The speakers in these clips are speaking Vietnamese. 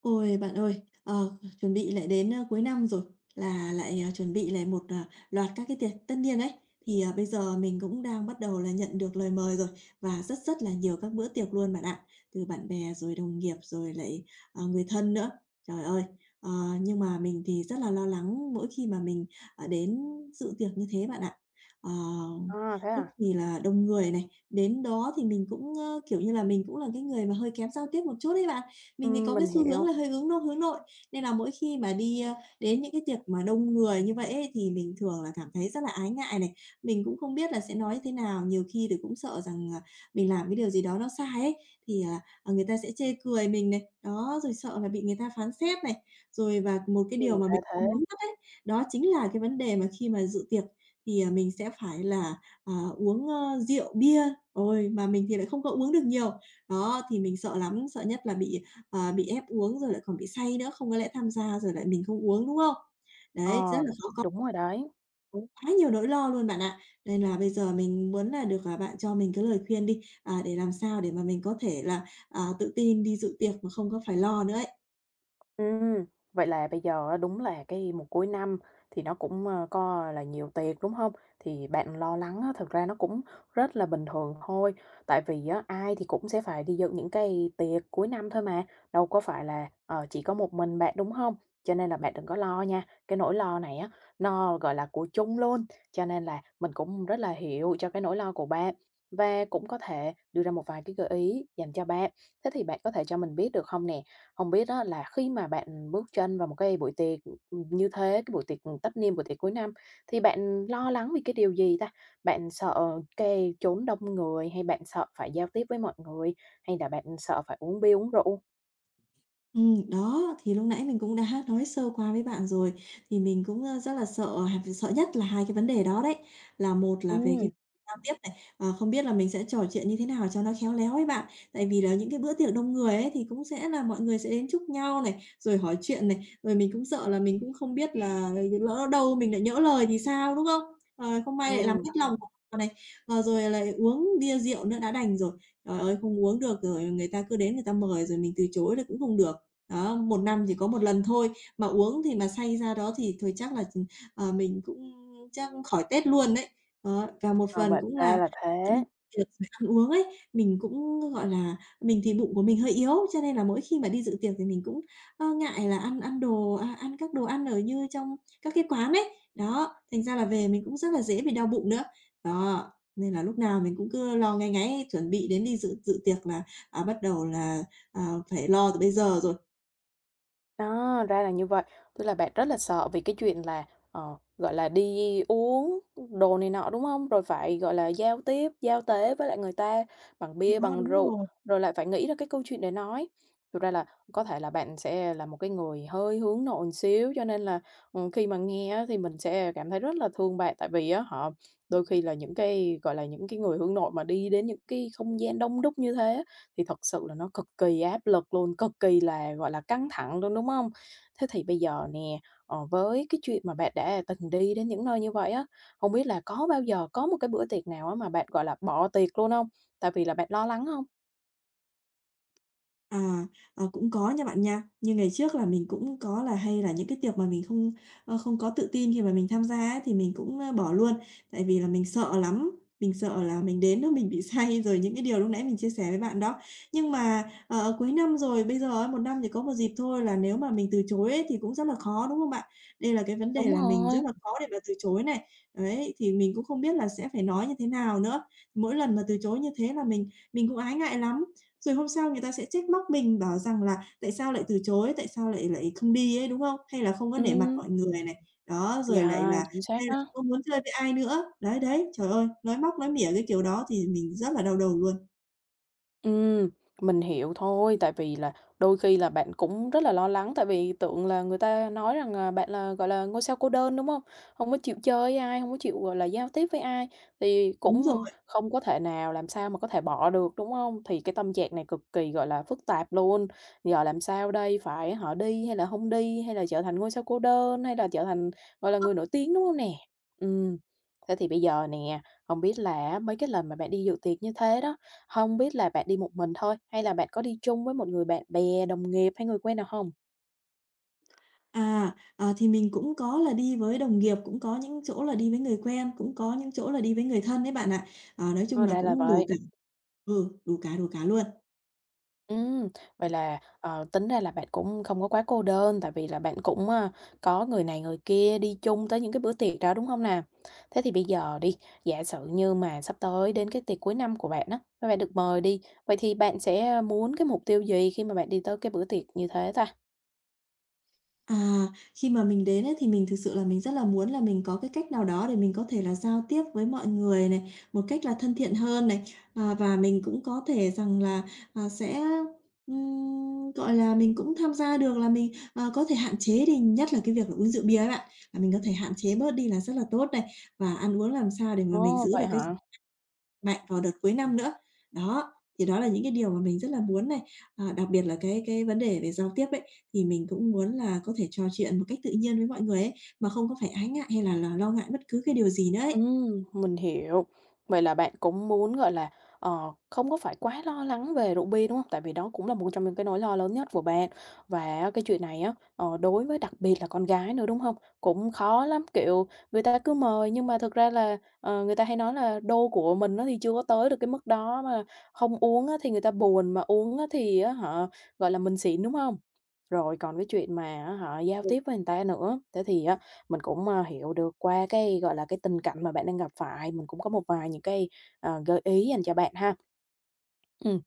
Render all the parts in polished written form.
Ôi, bạn ơi, chuẩn bị lại đến, cuối năm rồi, là lại, chuẩn bị lại một, loạt các cái tiệc tất niên ấy. Thì, bây giờ mình cũng đang bắt đầu là nhận được lời mời rồi, và rất rất là nhiều các bữa tiệc luôn bạn ạ, từ bạn bè rồi đồng nghiệp rồi lại, người thân nữa. Trời ơi, ờ, nhưng mà mình thì rất là lo lắng mỗi khi mà mình, đến dự tiệc như thế bạn ạ. Ờ, À, thế lúc à? thì là đông người này, đến đó thì mình cũng, kiểu như là, mình cũng là cái người mà hơi kém giao tiếp một chút đấy bạn. Mình thì có cái Mình xu hướng là hiểu. hơi hướng nội, nên là mỗi khi mà đi, đến những cái tiệc mà đông người như vậy ấy, thì mình thường là cảm thấy rất là ái ngại này. Mình cũng không biết là sẽ nói thế nào, nhiều khi thì cũng sợ rằng, mình làm cái điều gì đó nó sai ấy, thì, người ta sẽ chê cười mình này, đó, rồi sợ là bị người ta phán xét này. Rồi và một cái điều mà Ra mình không thế. muốn nhất ấy, đó chính là cái vấn đề mà khi mà dự tiệc thì, mình sẽ phải là, uống, rượu bia, ôi, mà mình thì lại không có uống được nhiều. Đó, thì mình sợ lắm, sợ nhất là bị ép uống rồi lại còn bị say nữa, không có lẽ tham gia rồi lại mình không uống, đúng không? Đấy, rất Ờ, là khó, có đúng rồi đấy. có quá nhiều nỗi lo luôn bạn ạ. Nên là bây giờ mình muốn là được, bạn cho mình cái lời khuyên đi, để làm sao để mà mình có thể là, tự tin đi dự tiệc mà không có phải lo nữa ấy. Ừm, vậy là bây giờ á, đúng là cái mùa cuối năm thì nó cũng, có là nhiều tiệc, đúng không? Thì bạn lo lắng á, thực ra nó cũng rất là bình thường thôi, tại vì á, ai thì cũng sẽ phải đi dự những cái tiệc cuối năm thôi mà, đâu có phải là, chỉ có một mình bạn, đúng không? Cho nên là bạn đừng có lo nha, cái nỗi lo này á, nó, gọi là, của chung luôn, cho nên là mình cũng rất là hiểu cho cái nỗi lo của bạn và cũng có thể đưa ra một vài cái gợi ý dành cho bạn. Thế thì bạn có thể cho mình biết được không nè, không biết á là khi mà bạn bước chân vào một cái buổi tiệc, như thế, cái buổi tiệc, tất niên, buổi tiệc cuối năm, thì bạn lo lắng vì cái điều gì ta? Bạn sợ cái chốn đông người, hay bạn sợ phải giao tiếp với mọi người, hay là bạn sợ phải uống bia, uống rượu? Đó, thì lúc nãy mình cũng đã nói sơ qua với bạn rồi, thì mình cũng, rất là sợ nhất là 2 cái vấn đề đó đấy, là một là về cái Ừm, giao tiếp này, không biết là mình sẽ trò chuyện như thế nào cho nó khéo léo với bạn. Tại vì là những cái bữa tiệc đông người ấy thì cũng sẽ là mọi người sẽ đến chúc nhau này, rồi hỏi chuyện này, rồi mình cũng sợ là mình cũng không biết là lỡ đâu mình lại nhỡ lời thì sao, đúng không? Không may lại làm ừm, mất lòng của họ này, rồi lại uống bia rượu nữa đã đành rồi. Trời ơi, không uống được rồi người ta cứ đến người ta mời rồi mình từ chối là cũng không được. Đó, 1 năm chỉ có một lần thôi, mà uống thì mà say ra đó thì thôi chắc là, mình cũng chắc khỏi Tết luôn đấy. Đó, và một ờ, phần vậy cũng ra là là đi thế. tiệc rồi ăn uống ấy, mình cũng, gọi là mình thì bụng của mình hơi yếu, cho nên là mỗi khi mà đi dự tiệc thì mình cũng, ngại là ăn ăn đồ a, ăn các đồ ăn ở như trong các cái quán ấy. Đó, thành ra là về mình cũng rất là dễ bị đau bụng nữa. Đó, nên là lúc nào mình cũng cứ lo ngáy ngáy chuẩn bị đến đi dự dự tiệc là, bắt đầu là, phải lo từ bây giờ rồi. À, ra là như vậy. Tức là bạn rất là sợ vì cái chuyện là, gọi là, đi uống đồ này nọ, đúng không? Rồi phải, gọi là, giao tiếp, giao tế với lại người ta bằng bia, Đó, bằng đúng rượu, rồi. rồi lại phải nghĩ ra cái câu chuyện để nói. Thực ra là có thể là bạn sẽ là một cái người hơi hướng nội một xíu, cho nên là, khi mà nghe á thì mình sẽ cảm thấy rất là thương bạn, tại vì á họ đôi khi là những cái, gọi là, những cái người hướng nội mà đi đến những cái không gian đông đúc như thế thì thật sự là nó cực kỳ áp lực luôn, cực kỳ là, gọi là, căng thẳng luôn, đúng không? Thế thì bây giờ nè, với cái chuyện mà bạn đã từng đi đến những nơi như vậy á, không biết là có bao giờ có một cái bữa tiệc nào á mà bạn, gọi là, bỏ tiệc luôn không? Tại vì là bạn lo lắng không? À, cũng có nha bạn nha. Như ngày trước là mình cũng có là hay là những cái tiệc mà mình không có tự tin khi mà mình tham gia ấy, thì mình cũng, bỏ luôn, tại vì là mình sợ lắm, mình sợ là mình đến đó mình bị say rồi những cái điều lúc nãy mình chia sẻ với bạn đó. Nhưng mà, cuối năm rồi, bây giờ ấy, 1 năm chỉ có một dịp thôi là nếu mà mình từ chối ấy thì cũng rất là khó, đúng không bạn? Đây là cái vấn đề Đúng là mình rồi, rất là khó để mà từ chối này. Đấy, thì mình cũng không biết là sẽ phải nói như thế nào nữa. Mỗi lần mà từ chối như thế là mình cũng ái ngại lắm. Rồi hôm sau người ta sẽ trách móc mình, bảo rằng là "Tại sao lại từ chối? Tại sao lại lại không đi ấy?" Đúng không? Hay là không có nể mặt ừm. mọi người này, đó, rồi lại là Yeah, chính xác hay là đó. không muốn chơi với ai nữa. Đấy, đấy, trời ơi, nói móc nói mỉa cái kiểu đó thì mình rất là đau đầu luôn. Ừm, mình hiểu thôi, tại vì là đôi khi là bạn cũng rất là lo lắng, tại vì tưởng là người ta nói rằng là bạn là, gọi là, ngôi sao cô đơn, đúng không? Không có chịu chơi với ai, không có chịu, gọi là, giao tiếp với ai, thì Đúng cũng rồi. không có thể nào làm sao mà có thể bỏ được, đúng không? Thì cái tâm trạng này cực kỳ, gọi là, phức tạp luôn. Giờ làm sao đây? Phải họ đi hay là không đi, hay là trở thành ngôi sao cô đơn, hay là trở thành, gọi là, người nổi tiếng, đúng không nè? ừ Thế thì bây giờ nè, không biết là mấy cái lần mà bạn đi dự tiệc như thế đó, không biết là bạn đi một mình thôi, hay là bạn có đi chung với một người bạn bè, đồng nghiệp hay người quen nào không? Thì mình cũng có là đi với đồng nghiệp, cũng có những chỗ là đi với người quen, cũng có những chỗ là đi với người thân đấy bạn ạ. Nói chung Ờ, là ra là cũng đủ vậy. cả. Ừ, đủ cả luôn. Ừm, vậy là, tính ra là bạn cũng không có quá cô đơn, tại vì là bạn cũng, có người này người kia đi chung tới những cái bữa tiệc đó, đúng không nè? Thế thì bây giờ đi, giả sử như mà sắp tới đến cái tiệc cuối năm của bạn á, và bạn được mời đi, vậy thì bạn sẽ muốn cái mục tiêu gì khi mà bạn đi tới cái bữa tiệc như thế ta? À, khi mà mình đến ấy, thì mình thực sự là mình rất là muốn là mình có cái cách nào đó để mình có thể là giao tiếp với mọi người này, một cách là thân thiện hơn này, và mình cũng có thể rằng là, sẽ, gọi là, mình cũng tham gia được là mình, có thể hạn chế đi, nhất là cái việc là uống rượu bia ấy bạn, là mình có thể hạn chế bớt đi là rất là tốt này, và ăn uống làm sao để mà mình Ồ, giữ được vậy cái hả? mạnh vào đợt cuối năm nữa. Đó, thì đó là những cái điều mà mình rất là muốn này, đặc biệt là cái vấn đề về giao tiếp ấy, thì mình cũng muốn là có thể trò chuyện một cách tự nhiên với mọi người ấy, mà không có phải ái ngại hay là lo ngại bất cứ cái điều gì nữa ấy. Mình hiểu. Vậy là bạn cũng muốn, gọi là, không có phải quá lo lắng về rượu bia, đúng không? Tại vì đó cũng là một trong những cái nỗi lo lớn nhất của bạn. Và cái chuyện này á, đối với đặc biệt là con gái nữa, đúng không? Cũng khó lắm, kiểu, người ta cứ mời nhưng mà thực ra là, người ta hay nói là đô của mình nó thì chưa có tới được cái mức đó, mà không uống á thì người ta buồn, mà uống á thì á họ gọi là, mình xỉn, đúng không? Rồi còn cái chuyện mà á hả giao Ừ, tiếp với người ta nữa, thế thì á mình cũng, hiểu được qua cái, gọi là, cái tình cảnh mà bạn đang gặp phải, mình cũng có một vài những cái, gợi ý dành cho bạn ha. Ừm.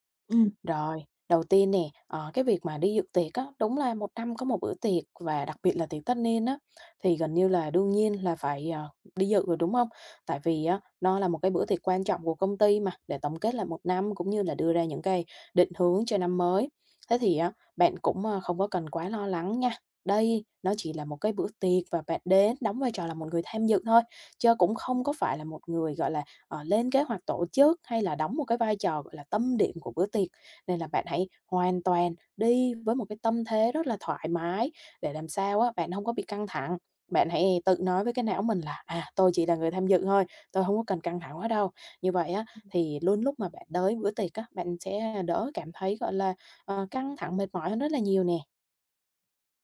Rồi, đầu tiên nè, cái việc mà đi dự tiệc á, đúng là một năm có một bữa tiệc và đặc biệt là tiệc tất niên á, thì gần như là đương nhiên là phải, đi dự rồi, đúng không? Tại vì á, nó là một cái bữa tiệc quan trọng của công ty mà, để tổng kết lại một năm cũng như là đưa ra những cái định hướng cho năm mới. Thế thì á, bạn cũng, không có cần quá lo lắng nha. Đây, nó chỉ là một cái bữa tiệc và bạn đến đóng vai trò là một người tham dự thôi, chứ cũng không có phải là một người, gọi là, lên kế hoạch tổ chức hay là đóng một cái vai trò, gọi là, tâm điểm của bữa tiệc. Nên là bạn hãy hoàn toàn đi với một cái tâm thế rất là thoải mái để làm sao á, bạn không có bị căng thẳng. Bạn hãy tự nói với cái não mình là "À, tôi chỉ là người tham dự thôi, tôi không có cần căng thẳng quá đâu." Như vậy á, thì luôn lúc mà bạn tới bữa tiệc á, bạn sẽ đỡ cảm thấy, gọi là, căng thẳng, mệt mỏi hơn rất là nhiều nè.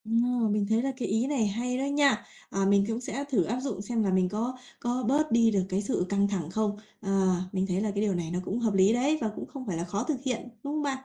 ờ, mình thấy là cái ý này hay đó nha. Mình cũng sẽ thử áp dụng xem là mình có bớt đi được cái sự căng thẳng không. Mình thấy là cái điều này nó cũng hợp lý đấy và cũng không phải là khó thực hiện, đúng không bạn?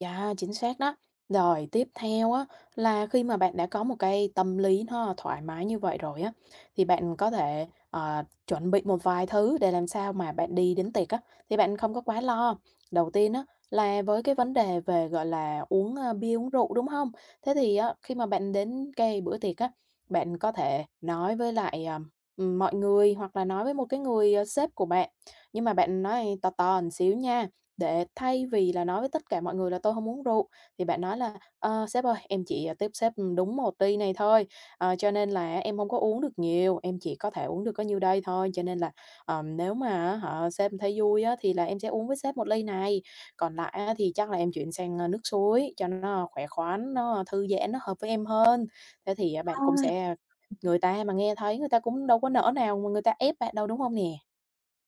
Dạ chính xác đó. Rồi tiếp theo á, là khi mà bạn đã có một cái tâm lý nó thoải mái như vậy rồi á, thì bạn có thể, chuẩn bị một vài thứ để làm sao mà bạn đi đến tiệc á, thì bạn không có quá lo. Đầu tiên á, là với cái vấn đề về, gọi là, uống, bia, uống rượu, đúng không? Thế thì á, khi mà bạn đến cái bữa tiệc á, bạn có thể nói với lại, mọi người hoặc là nói với một cái người, sếp của bạn, nhưng mà bạn nói to to một xíu nha. Để thay vì là nói với tất cả mọi người là "Tôi không uống rượu", thì bạn nói là "Ờ, sếp ơi, em chỉ, tiếp sếp, đúng một ly này thôi, cho nên là em không có uống được nhiều, em chỉ có thể uống được có nhiêu đây thôi. Cho nên là, nếu mà họ sếp thấy vui á thì là em sẽ uống với sếp một ly này, còn lại á thì chắc là em chuyển sang, nước suối cho nó khỏe khoắn, nó thư giãn, nó hợp với em hơn." Thế thì á bạn cũng sẽ người ta mà nghe thấy người ta cũng đâu có nỡ nào mà người ta ép bạn đâu, đúng không nè?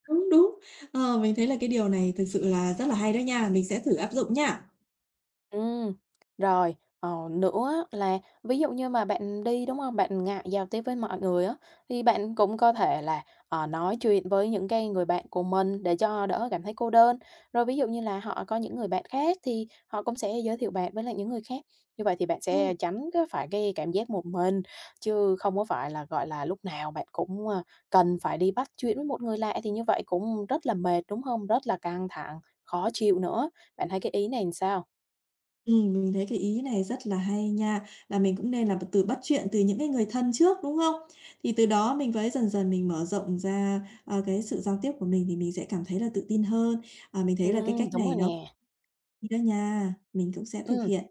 Đúng, đúng. Mình thấy là cái điều này thực sự là rất là hay đó nha, mình sẽ thử áp dụng nha. Ừ. Rồi, nữa á là ví dụ như mà bạn đi, đúng không? Bạn ngại giao tiếp với mọi người á, thì bạn cũng có thể là, nói chuyện với những cái người bạn của mình để cho đỡ cảm thấy cô đơn. Rồi ví dụ như là họ có những người bạn khác thì họ cũng sẽ giới thiệu bạn với lại những người khác, như vậy thì bạn Ừm. sẽ tránh cái phải cái cảm giác một mình, chứ không có phải là, gọi là, lúc nào bạn cũng, cần phải đi bắt chuyện với một người lạ thì như vậy cũng rất là mệt, đúng không? Rất là căng thẳng, khó chịu nữa. Bạn thấy cái ý này làm sao? Mình thấy cái ý này rất là hay nha, là mình cũng nên là b từ bắt chuyện từ những cái người thân trước, đúng không? Thì từ đó mình với dần dần mình mở rộng ra, cái sự giao tiếp của mình thì mình sẽ cảm thấy là tự tin hơn. Mình Ừ, thấy là cái cách đúng này rồi nó nè. hay đó nha, mình cũng sẽ thực Ừ. hiện.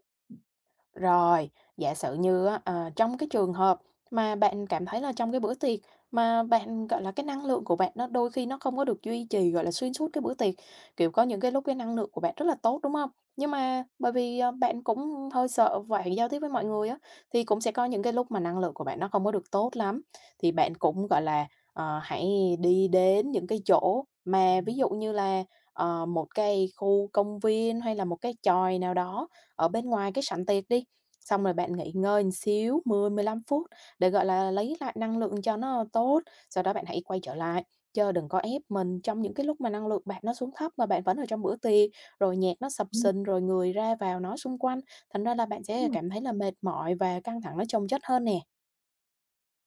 Rồi, giả sử như á, trong cái trường hợp mà bạn cảm thấy là trong cái bữa tiệc mà bạn, gọi là, cái năng lượng của bạn nó đôi khi nó không có được duy trì, gọi là, xuyên suốt cái bữa tiệc, kiểu, có những cái lúc cái năng lượng của bạn rất là tốt, đúng không? Nhưng mà bởi vì, bạn cũng hơi sợ phải giao tiếp với mọi người á, thì cũng sẽ có những cái lúc mà năng lượng của bạn nó không có được tốt lắm, thì bạn cũng, gọi là, hãy đi đến những cái chỗ mà ví dụ như là, một cái khu công viên hay là một cái chòi nào đó ở bên ngoài cái sảnh tiệc đi. Xong rồi bạn nghỉ ngơi một xíu, 10-15 phút để, gọi là, lấy lại năng lượng cho nó tốt, sau đó bạn hãy quay trở lại, chớ đừng có ép mình trong những cái lúc mà năng lượng bạn nó xuống thấp mà bạn vẫn ở trong bữa tiệc, rồi nhạc nó sập Ừm. sình, rồi người ra vào nói xung quanh, thành ra là bạn Đúng sẽ rồi. cảm thấy là mệt mỏi và căng thẳng nó chồng chất hơn nè.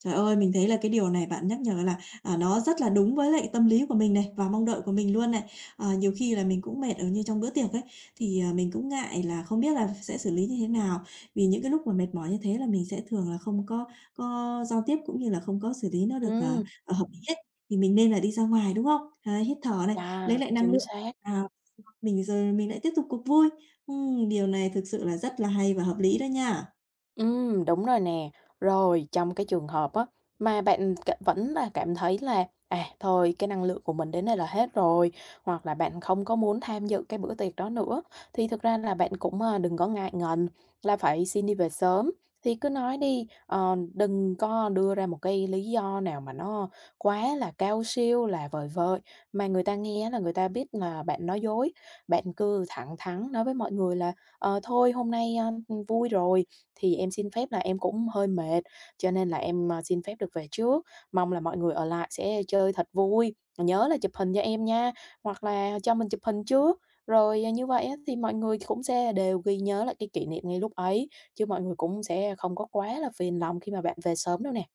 Trời ơi, mình thấy là cái điều này bạn nhắc nhở là, nó rất là đúng với lại tâm lý của mình này, và mong đợi của mình luôn này. Nhiều khi là mình cũng mệt ở như trong bữa tiệc ấy, thì, mình cũng ngại là không biết là sẽ xử lý như thế nào. Vì những cái lúc mà mệt mỏi như thế là mình sẽ thường là không có giao tiếp cũng như là không có xử lý nó được, Ừ, hợp lý hết, thì mình nên là đi ra ngoài, đúng không? Đấy, hít thở này, lấy yeah, lại năng chính lượng, xác. à, mình rồi mình lại tiếp tục cuộc vui. Điều này thực sự là rất là hay và hợp lý đó nha. Đúng rồi nè. Rồi, trong cái trường hợp á, mà bạn vẫn là cảm thấy là, thôi cái năng lượng của mình đến đây là hết rồi, hoặc là bạn không có muốn tham dự cái bữa tiệc đó nữa, thì thực ra là bạn cũng, đừng có ngại ngần là phải xin đi về sớm. Thì cứ nói đi, đừng có đưa ra một cái lý do nào mà nó quá là cao siêu, là vời vợi, mà người ta nghe là người ta biết là bạn nói dối. Bạn cứ thẳng thắn nói với mọi người là "Ờ, thôi hôm nay, vui rồi thì em xin phép là em cũng hơi mệt, cho nên là em, xin phép được về trước. Mong là mọi người ở lại sẽ chơi thật vui, nhớ là chụp hình cho em nha." Hoặc là cho mình chụp hình trước, rồi, như vậy á thì mọi người cũng sẽ đều ghi nhớ lại cái kỷ niệm ngay lúc ấy, chứ mọi người cũng sẽ không có quá là phiền lòng khi mà bạn về sớm đâu nè.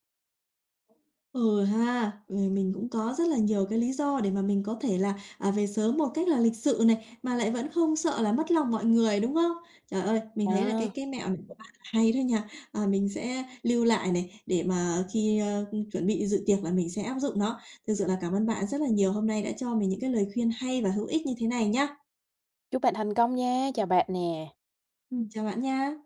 Ừ ha, ừ, mình cũng có rất là nhiều cái lý do để mà mình có thể là, về sớm một cách là lịch sự này, mà lại vẫn không sợ là mất lòng mọi người, đúng không? Trời ơi, mình thấy là cái Đó, cái mẹo này của bạn hay thôi nha, mình sẽ lưu lại này, để mà khi, chuẩn bị dự tiệc là mình sẽ áp dụng nó. Thực sự là cảm ơn bạn rất là nhiều, hôm nay đã cho mình những cái lời khuyên hay và hữu ích như thế này nhá. chúc bạn thành công nha, chào bạn nè. Chào bạn nha.